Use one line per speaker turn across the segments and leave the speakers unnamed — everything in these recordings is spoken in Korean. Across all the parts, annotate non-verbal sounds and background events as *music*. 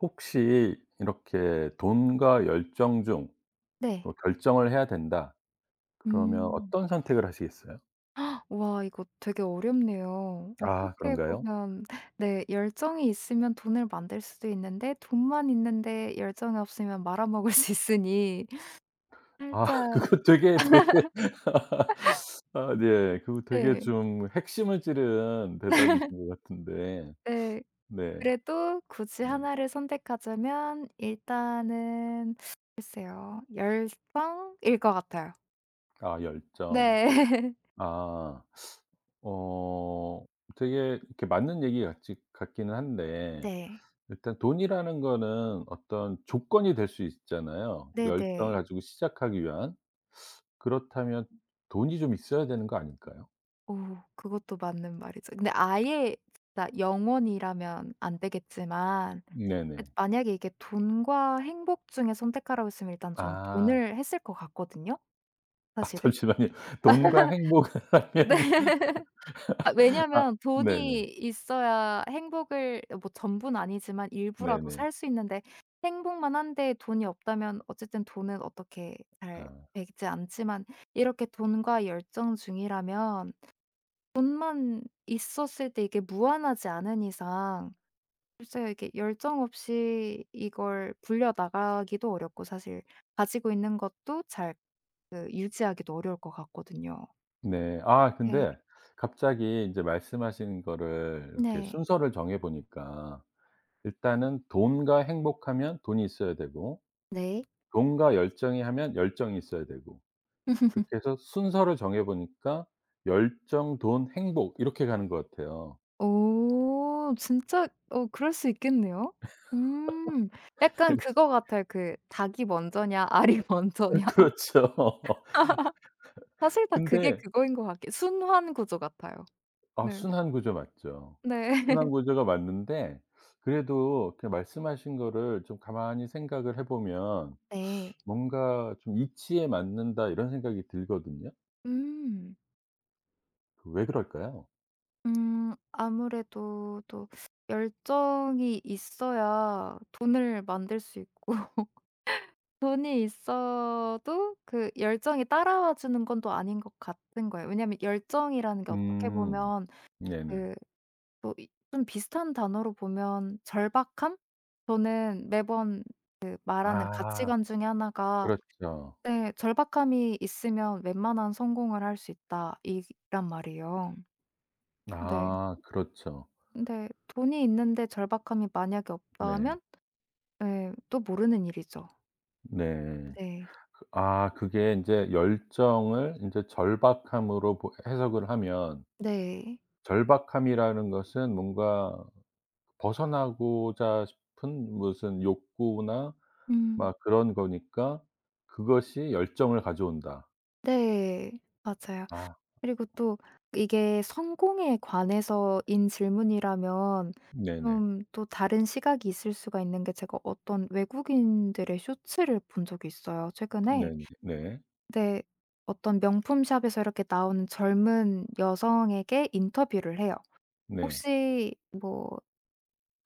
혹시 이렇게 돈과 열정 중
네.
뭐 결정을 해야 된다 그러면
음.
어떤 선택을 하시겠어요?
와 이거 되게 어렵네요.
아
어떻게
그런가요?
보면 *laughs* 네 열정이 있으면 돈을 만들 수도 있는데 돈만 있는데 열정이 없으면 말아먹을 *laughs* 수 있으니
아 *laughs*
살짝
그거 되게, 되게 *laughs* 아 네. 그거 되게
네.
좀 핵심을 찌른 대답이신 것 같은데.
네.
네.
그래도 굳이
네.
하나를 선택하자면 일단은 글쎄요. 열정일 것 같아요.
아 열정.
네. *laughs*
아. 어 되게 이렇게 맞는 얘기 같지 같기는 한데
네.
일단 돈이라는 거는 어떤 조건이 될 수 있잖아요, 열정을
네네.
가지고 시작하기 위한. 그렇다면 돈이 좀 있어야 되는 거 아닐까요?
오 그것도 맞는 말이죠. 근데 아예 진짜 영원이라면 안 되겠지만 그
네네.
만약에 이게 돈과 행복 중에 선택하라고 했으면 일단 전
아.
돈을 했을 것 같거든요
아 *laughs*
사실은.
잠시만요. 돈과
네.
행복하면
아
*laughs* 아
왜냐면 돈이
네네.
있어야 행복을 뭐 전부는 아니지만 일부라도
네네.
살 수 있는데 행복만 한데 돈이 없다면 어쨌든 돈은 어떻게 잘
아.
되지 않지만 이렇게 돈과 열정 중이라면 돈만 있었을 때 이게 무한하지 않은 이상 글쎄요. 이게 열정 없이 이걸 불려 나가기도 어렵고 사실 가지고 있는 것도 잘 그 유지하기도 어려울 것 같거든요.
네. 아
네.
근데 갑자기 인제 말씀하신 거를 이렇게
네.
순서를 정해 보니까 일단은 돈과 행복하면 돈이 있어야 되고
네.
돈과 열정이 하면 열정이 있어야 되고
*laughs*
그렇게 해서 순서를 정해 보니까 열정, 돈, 행복 이렇게 가는 것 같아요.
오 진짜 어 그럴 수 있겠네요. 음. 약간 그거
*laughs*
같아요. 그 닭이 먼저냐 알이 먼저냐.
그렇죠.
*laughs* 사실 다 그게
근데
그거인 것같요 순환 구조 같아요.
아
네.
순환 구조 맞죠.
네.
순환
*laughs*
구조가 맞는데 그래도 이렇게 말씀하신 거를 좀 가만히 생각을 해 보면
네.
뭔가 좀 '이치에 맞는다.' 이런 생각이 들거든요.
음.
그왜 그럴까요?
아무래도 또 열정이 있어야 돈을 만들 수 있고 *laughs* 돈이 있어도 그 열정이 따라와 주는 건 또 아닌 것 같은 거예요. 왜냐하면 열정이라는 게 어떻게
음.
보면
네네.
그 또 좀 비슷한 단어로 보면 절박함? 저는 매번 그 말하는
아
가치관 중에 하나가
그렇죠.
네 "절박함이 있으면 웬만한 성공을 할 수 있다." 이란 말이에요. 네.
아 그렇죠.
근데 돈이 있는데 절박함이 만약에
네.
없다면 예 또 모르는 일이죠.
네.
네.
아 그게 인제 열정을 인제 절박함으로 보 해석을 하면
네.
절박함이라는 것은 뭔가 벗어나고자 싶은 무슨 욕구나
음.
막 그런 거니까 그것이 열정을 가져온다.
네. 맞아요.
아
그리고 또 이게 성공에 관해서인 질문이라면
네네.
좀 또 다른 시각이 있을 수가 있는 게 제가 어떤 외국인들의 쇼츠를 본 적이 있어요 최근에.
네네. 네.
네. 어떤 명품 샵에서 이렇게 나오는 젊은 여성에게 인터뷰를 해요.
네.
"혹시 뭐"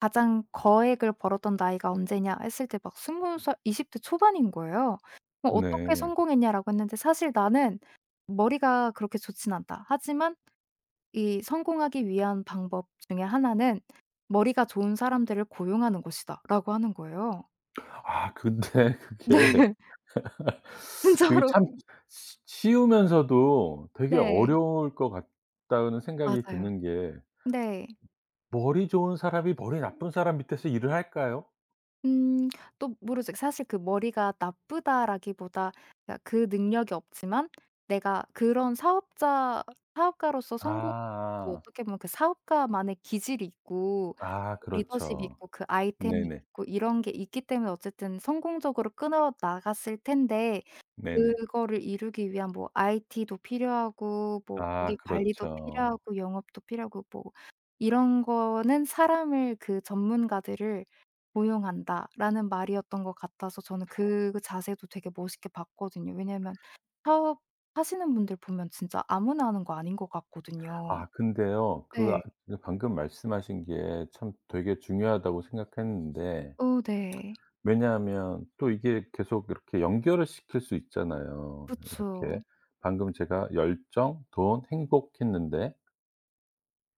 가장 거액을 벌었던 나이가 언제냐 했을 때 막 20살 이십 대 초반인 거예요. 뭐 "어떻게
네.
성공했냐?"라고 했는데 사실 나는 머리가 그렇게 좋진 않다. 하지만 이 성공하기 위한 방법 중에 하나는 "머리가 좋은 사람들을 고용하는 것이다."라고 하는 거예요.
아 근데 *laughs*
네.
그게
*laughs*
그게
진짜로.
참 쉬 쉬우면서도 되게
네.
어려울 것 같다는 생각이
맞아요.
드는 게
네.
머리 좋은 사람이 머리 나쁜 사람 밑에서 일을 할까요?
음. 또 모르죠. 사실 그 머리가 나쁘다라기보다 그러니까 그 능력이 없지만 내가 그런 사업자 사업가로서 성공 또
아.
어떻게 보면 그 사업가만의 기질이 있고
아
리더십이
그렇죠.
있고 그 아이템이
네네.
있고 이런 게 있기 때문에 어쨌든 성공적으로 끊어 나갔을 텐데
네네.
그거를 이루기 위한 뭐 IT도 필요하고 뭐
아
고객 관리도
그렇죠.
필요하고 영업도 필요하고 뭐 "이런 거는 사람을 그 전문가들을 고용한다."라는 말이었던 것 같아서 저는 그 자세도 되게 멋있게 봤거든요. 왜냐면 사업하시는 분들 보면 진짜 아무나 하는 거 아닌 것 같거든요.
아 근데요. 그
네.
아 그 방금 말씀하신 게 참 되게 중요하다고 생각했는데
어 네.
왜냐하면 또 이게 계속 이렇게 연결을 시킬 수 있잖아요.
그쵸.
이렇게 방금 제가 열정, 돈, 행복 했는데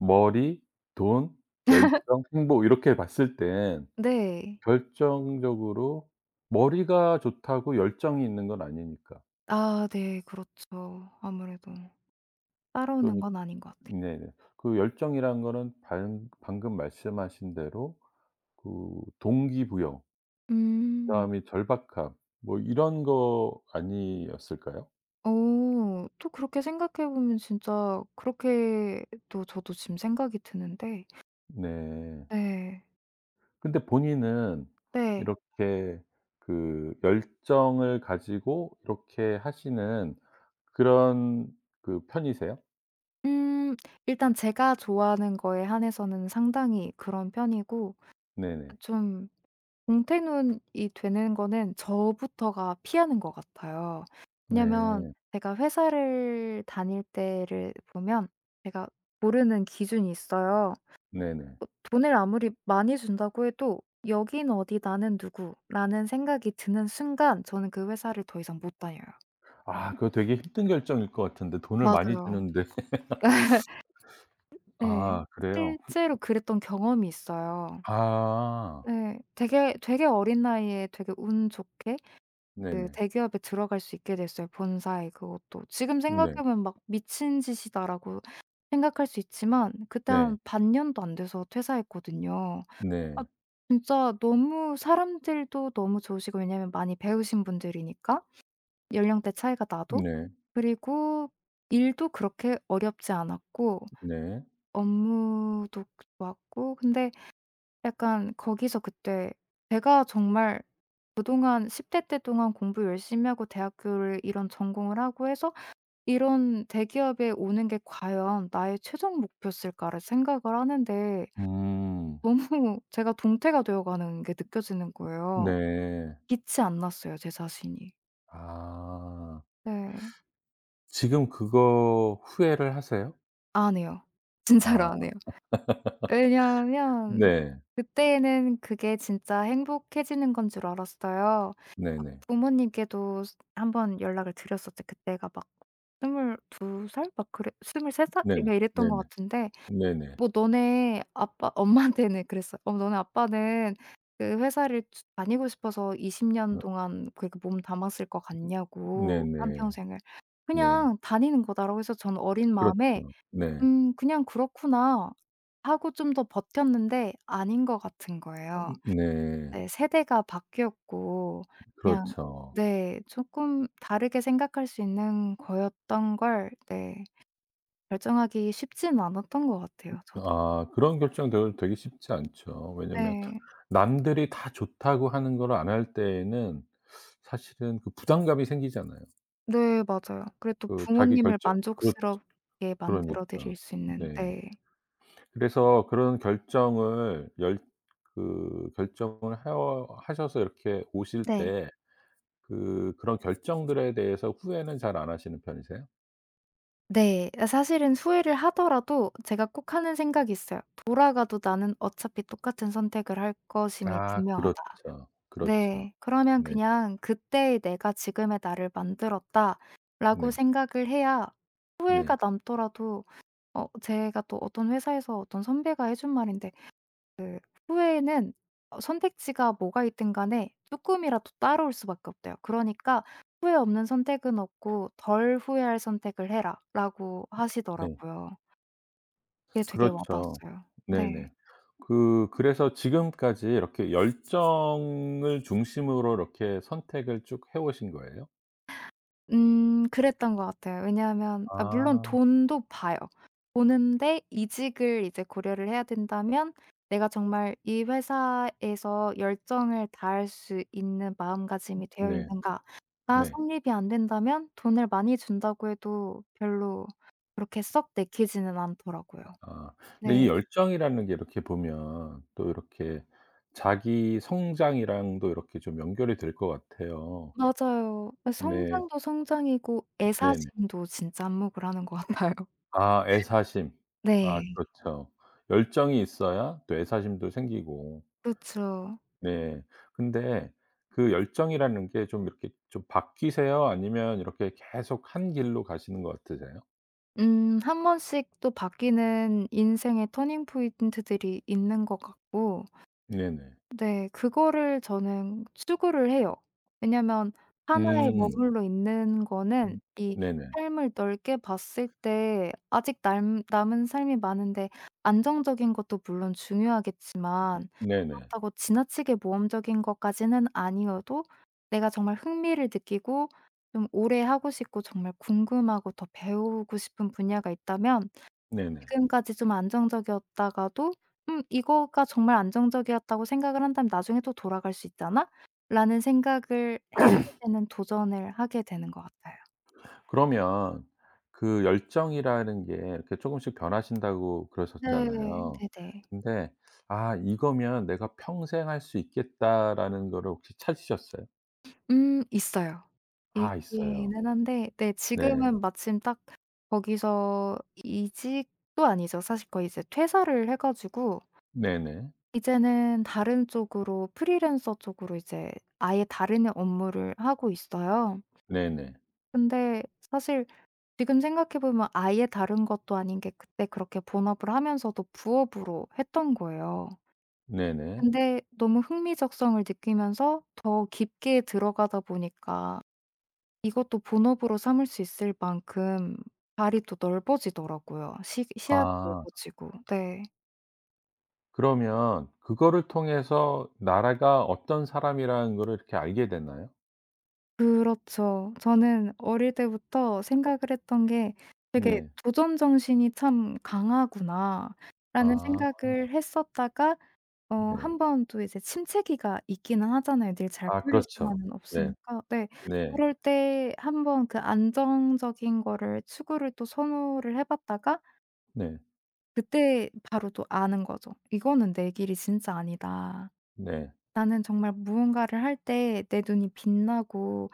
머리, 돈, 열정, 행복 이렇게 봤을 땐
네.
결정적으로 머리가 좋다고 열정이 있는 건 아니니까.
아 네. 그렇죠. 아무래도 따라오는
그러니
건 아닌 것 같아요.
네네. 그 열정이란 거는 방 방금 말씀하신 대로 그 동기부여
음.
그다음에 절박함 뭐 이런 거 아니었을까요?
어. 또 그렇게 생각해 보면 진짜 그렇게 또 저도 지금 생각이 드는데
네.
네.
근데 본인은
네.
이렇게 그 열정을 가지고 이렇게 하시는 그런 그 편이세요?
음 일단 제가 좋아하는 거에 한해서는 상당히 그런 편이고 아
네네.
좀공태눈이 되는 거는 저부터가 피하는 것 같아요. 왜냐면
네.
제가 회사를 다닐 때를 보면 제가 모르는 기준이 있어요.
네네.
뭐 돈을 아무리 많이 준다고 해도 '여긴 어디 나는 누구.'라는 생각이 드는 순간 저는 그 회사를 더 이상 못 다녀요.
아 그거 되게 힘든 결정일 것 같은데 돈을 많이
맞아요.
주는데 *laughs*
*laughs* 네.
아 그래요?
실제로 그랬던 경험이 있어요.
아
네. 되게 어린 나이에 되게 운 좋게 그
네네.
대기업에 들어갈 수 있게 됐어요 본사에 그것도. 지금
네.
생각해 보면 막 '미친 짓이다.'라고 생각할 수 있지만 그때
네.
한 반년도 안 돼서 퇴사했거든요. 아
네.
진짜 너무 사람들도 너무 좋으시고 왜냐면 많이 배우신 분들이니까 연령대 차이가 나도.
네.
그리고 일도 그렇게 어렵지 않았고
네.
업무도 좋았고 근데 약간 거기서 그때 제가 정말 그동안 10대 때 동안 공부 열심히 하고 대학교를 이런 전공을 하고 해서 이런 대기업에 오는 게 과연 나의 최종 목표였을까를 생각을 하는데
음.
너무 제가 동태가 되어 가는 게 느껴지는 거예요.
네.
빛이 안 났어요 제 자신이.
아.
네.
지금 그거 후회를 하세요?
안 해요. *laughs* 진짜로
아
안 해요. 왜냐하면
네.
그때는 그게 진짜 행복해지는 건 줄 알았어요. 아
네네.
부모님께도 한번 연락을 드렸었죠. 그때가 막 22살 막 그래 23 살?
네네.
막 이랬던 것
네네.
같은데
네네.
뭐 "너네 아빠" 엄마한테는 그랬어요. "어 너네 아빠는 그 회사를 주 다니고 싶어서 20년
어
동안 그렇게 몸 담았을 것 같냐."고
네네. 네.
한평생을.
네.
"그냥 다니는 거다."라고 해서 저는 어린 마음에
그렇죠. 네.
'음 그냥 그렇구나.' 하고 좀 더 버텼는데 아닌 것 같은 거예요.
네.
네 세대가 바뀌었고 그냥
그렇죠.
네 조금 다르게 생각할 수 있는 거였던 걸 네 결정하기 쉽지는 않았던 것 같아요 저도.
아 그런 결정들 되게 쉽지 않죠. 왜냐면
네.
남들이 다 좋다고 하는 걸 안 할 때에는 사실은 그 부담감이 생기잖아요.
네 맞아요. 그래도
그 자기
부모님을
결정 그렇
만족스럽게 만들어
그러니까.
드릴 수 있는
네.
네.
그래서 그런 결정을 열 그 결정을 하어 하셔서 이렇게 오실
네.
때 그 그런 결정들에 대해서 후회는 잘 안 하시는 편이세요?
네. 아 사실은 후회를 하더라도 제가 꼭 하는 생각이 있어요. '돌아가도 나는 어차피 똑같은 선택을 할 것임이
아
분명하다.'
그렇죠. 그렇죠.
네. 그러면
네.
그냥 '그때의 내가 지금의 나를 만들었다.'라고
네.
생각을 해야 후회가
네.
남더라도 어 제가 또 어떤 회사에서 어떤 선배가 해준 말인데 그 후회는 어 선택지가 뭐가 있든 간에 조금이라도 따라올 수밖에 없대요. 그러니까 "후회 없는 선택은 없고 덜 후회할 선택을 해라."라고
네.
하시더라고요. 그게 되게
그렇죠.
와닿았어요. 네.
네네. 그 그래서 지금까지 이렇게 열정을 중심으로 이렇게 선택을 쭉 해 오신 거예요?
그랬던 것 같아요. 왜냐하면 아 물론
아.
돈도 봐요. 보는데 이직을 이제 고려를 해야 된다면 내가 정말 이 회사에서 열정을 다할 수 있는 마음가짐이 되어
네.
있는가가
네.
성립이 안 된다면 돈을 많이 준다고 해도 별로 그렇게 썩 내키지는 않더라고요.
아. 근데 이
네.
열정이라는 게 이렇게 보면 또 이렇게 자기 성장이랑도 이렇게 좀 연결이 될 것 같아요.
맞아요. 예
네.
성장도 성장이고
네네.
애사심도 진짜 안목을 하는 것 같아요.
아 애사심. 아
네.
그렇죠. 열정이 있어야 또 애사심도 생기고
그쵸.
네. 근데 그 열정이라는 게 좀 이렇게 좀 바뀌세요? 아니면 이렇게 계속 한 길로 가시는 것 같으세요?
한 번씩 또 바뀌는 인생의 터닝 포인트들이 있는 것 같고
네네.
네. 그거를 저는 추구를 해요. 왜냐면 하나에
음.
머물러 있는 거는
음.
이
네네.
삶을 넓게 봤을 때 아직 남 남은 삶이 많은데 안정적인 것도 물론 중요하겠지만
네네.
그렇다고 지나치게 모험적인 것까지는 아니어도 내가 정말 흥미를 느끼고 좀 오래 하고 싶고 정말 궁금하고 더 배우고 싶은 분야가 있다면
네네.
지금까지 좀 안정적이었다가도 '음 이거가 정말 안정적이었다고 생각을 한다면 나중에 또 돌아갈 수 있잖아.'라는 생각을 했을 때는 도전을 하게 되는 것 같아요.
그러면 그 열정이라는 게 이렇게 조금씩 변하신다고
네.
그러셨잖아요.
네네.
근데 '아 이거면 내가 평생 할 수 있겠다.'라는 거를 혹시 찾으셨어요?
있어요.
아 있어요.
있기는 한데 네
네.
지금은 마침 딱 거기서 이직도 아니죠. 사실 거의 이제 퇴사를 해 가지고
네네.
이제는 다른 쪽으로 프리랜서 쪽으로 이제 아예 다른 업무를 하고 있어요.
네네.
근데 사실 지금 생각해 보면 아예 다른 것도 아닌 게 그때 그렇게 본업을 하면서도 부업으로 했던 거예요.
네네.
근데 너무 흥미적성을 느끼면서 더 깊게 들어가다 보니까 이것도 본업으로 삼을 수 있을 만큼 발이 또 넓어지더라고요. 시 시야도
아.
넓어지고. 네.
그러면 그거를 통해서 나라가 어떤 사람이라는 거를 이렇게 알게 됐나요?
그렇죠. 저는 어릴 때부터 생각을 했던 게 '되게
네.
도전 정신이 참 강하구나.'라는
아
생각을 했었다가 어
네.
한 번 또 이제 침체기가 있기는 하잖아요. 늘 잘
아
풀릴
그렇죠.
수만은
네.
없으니까. 네.
네.
그럴 때 한 번 그 안정적인 거를 추구를 또 선호를 해 봤다가
네.
그때 바로 또 아는 거죠. '이거는 내 길이 진짜 아니다.
네.
나는 정말 무언가를 할 때 내 눈이 빛나고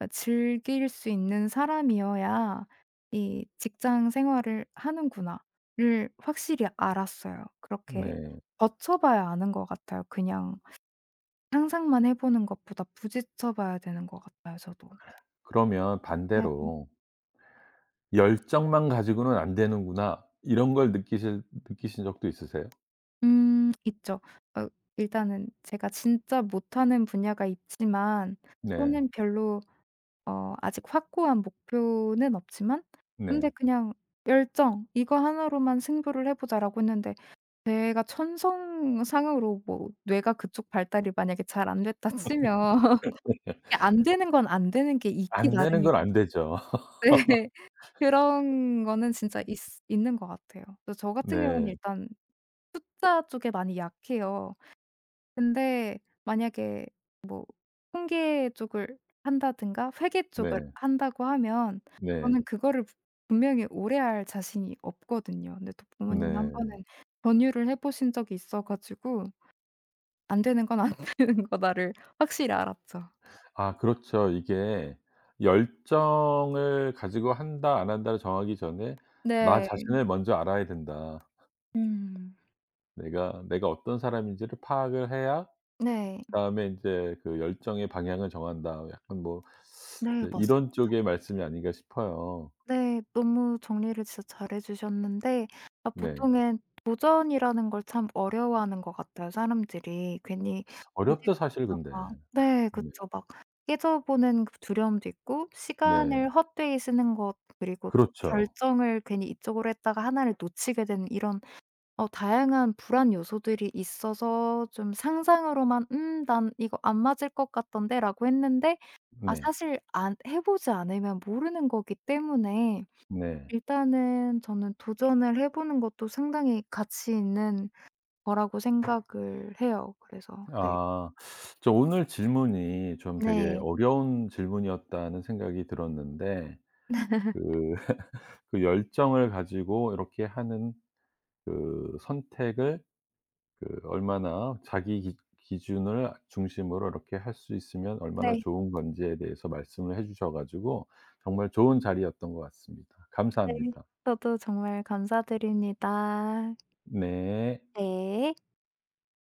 어 즐길 수 있는 사람이어야 이 직장 생활을 하는구나.'를 확실히 알았어요. 그렇게
네.
거쳐 봐야 아는 것 같아요 그냥 상상만 해 보는 것보다 부딪혀 봐야 되는 것 같아요 저도.
그러면
네.
반대로 '열정만 가지고는 안 되는구나.' 이런 걸 느끼실 느끼신 적도 있으세요?
있죠. 어 일단은 제가 진짜 못하는 분야가 있지만
네.
또는 별로 어 아직 확고한 목표는 없지만 근데
네.
그냥 '열정 이거 하나로만 승부를 해 보자.'라고 했는데 제가 천성상으로 뭐 뇌가 그쪽 발달이 만약에 잘 안 됐다 치면 *laughs* 안 되는 건 안 되는 게 있기
안 되는
나름이고
건 안 되죠. *laughs*
네. 그런 거는 진짜 있 있는 것 같아요. 그래서 저 같은 경우는
네.
일단 숫자 쪽에 많이 약해요. 근데 만약에 뭐 통계 쪽을 한다든가 회계 쪽을
네.
한다고 하면
네.
저는 그거를 분명히 오래 할 자신이 없거든요. 근데 또 부모님이 한 번은
네.
전유를 해 보신 적이 있어 가지고 안 되는 건 안 *laughs* 되는 거다를 확실히 알았죠.
아 그렇죠. 이게 열정을 가지고 한다 안 한다를 정하기 전에 나
네.
자신을 먼저 알아야 된다.
음.
내가 어떤 사람인지를 파악을 해야
네.
그다음에 인제 그 열정의 방향을 정한다. 약간 뭐
네
예
맞
이런 쪽의 말씀이 아닌가 싶어요.
네. 너무 정리를 진짜 잘해 주셨는데 아
네.
보통은 도전이라는 걸 참 어려워하는 것 같아요, 사람들이. 괜히
어렵죠 사실 근데.
부딪혔다가 네
네.
그쵸. 막 깨져보는 그 두려움도 있고
네.
시간을 헛되이 쓰는 것 그리고 또
그렇죠.
결정을 괜히 이쪽으로 했다가 하나를 놓치게 되는 이런 어 다양한 불안 요소들이 있어서 좀 상상으로만 '음 난 이거 안 맞을 것 같던데.'라고 했는데 아
네.
사실 안 해 보지 않으면 모르는 거기 때문에
네.
일단은 저는 도전을 해 보는 것도 상당히 가치 있는 거라고 생각을 해요. 그래서 네.
아 저 오늘 질문이 좀 되게
네.
어려운 질문이었다는 생각이 들었는데 그 그 열정을 가지고 이렇게 하는 그 선택을 그 얼마나 자기 기 기준을 중심으로 이렇게 할 수 있으면 얼마나
네.
좋은 건지에 대해서 말씀을 해 주셔 가지고 정말 좋은 자리였던 것 같습니다.
네.
감사합니다.
저도 정말 감사드립니다.
네.
네.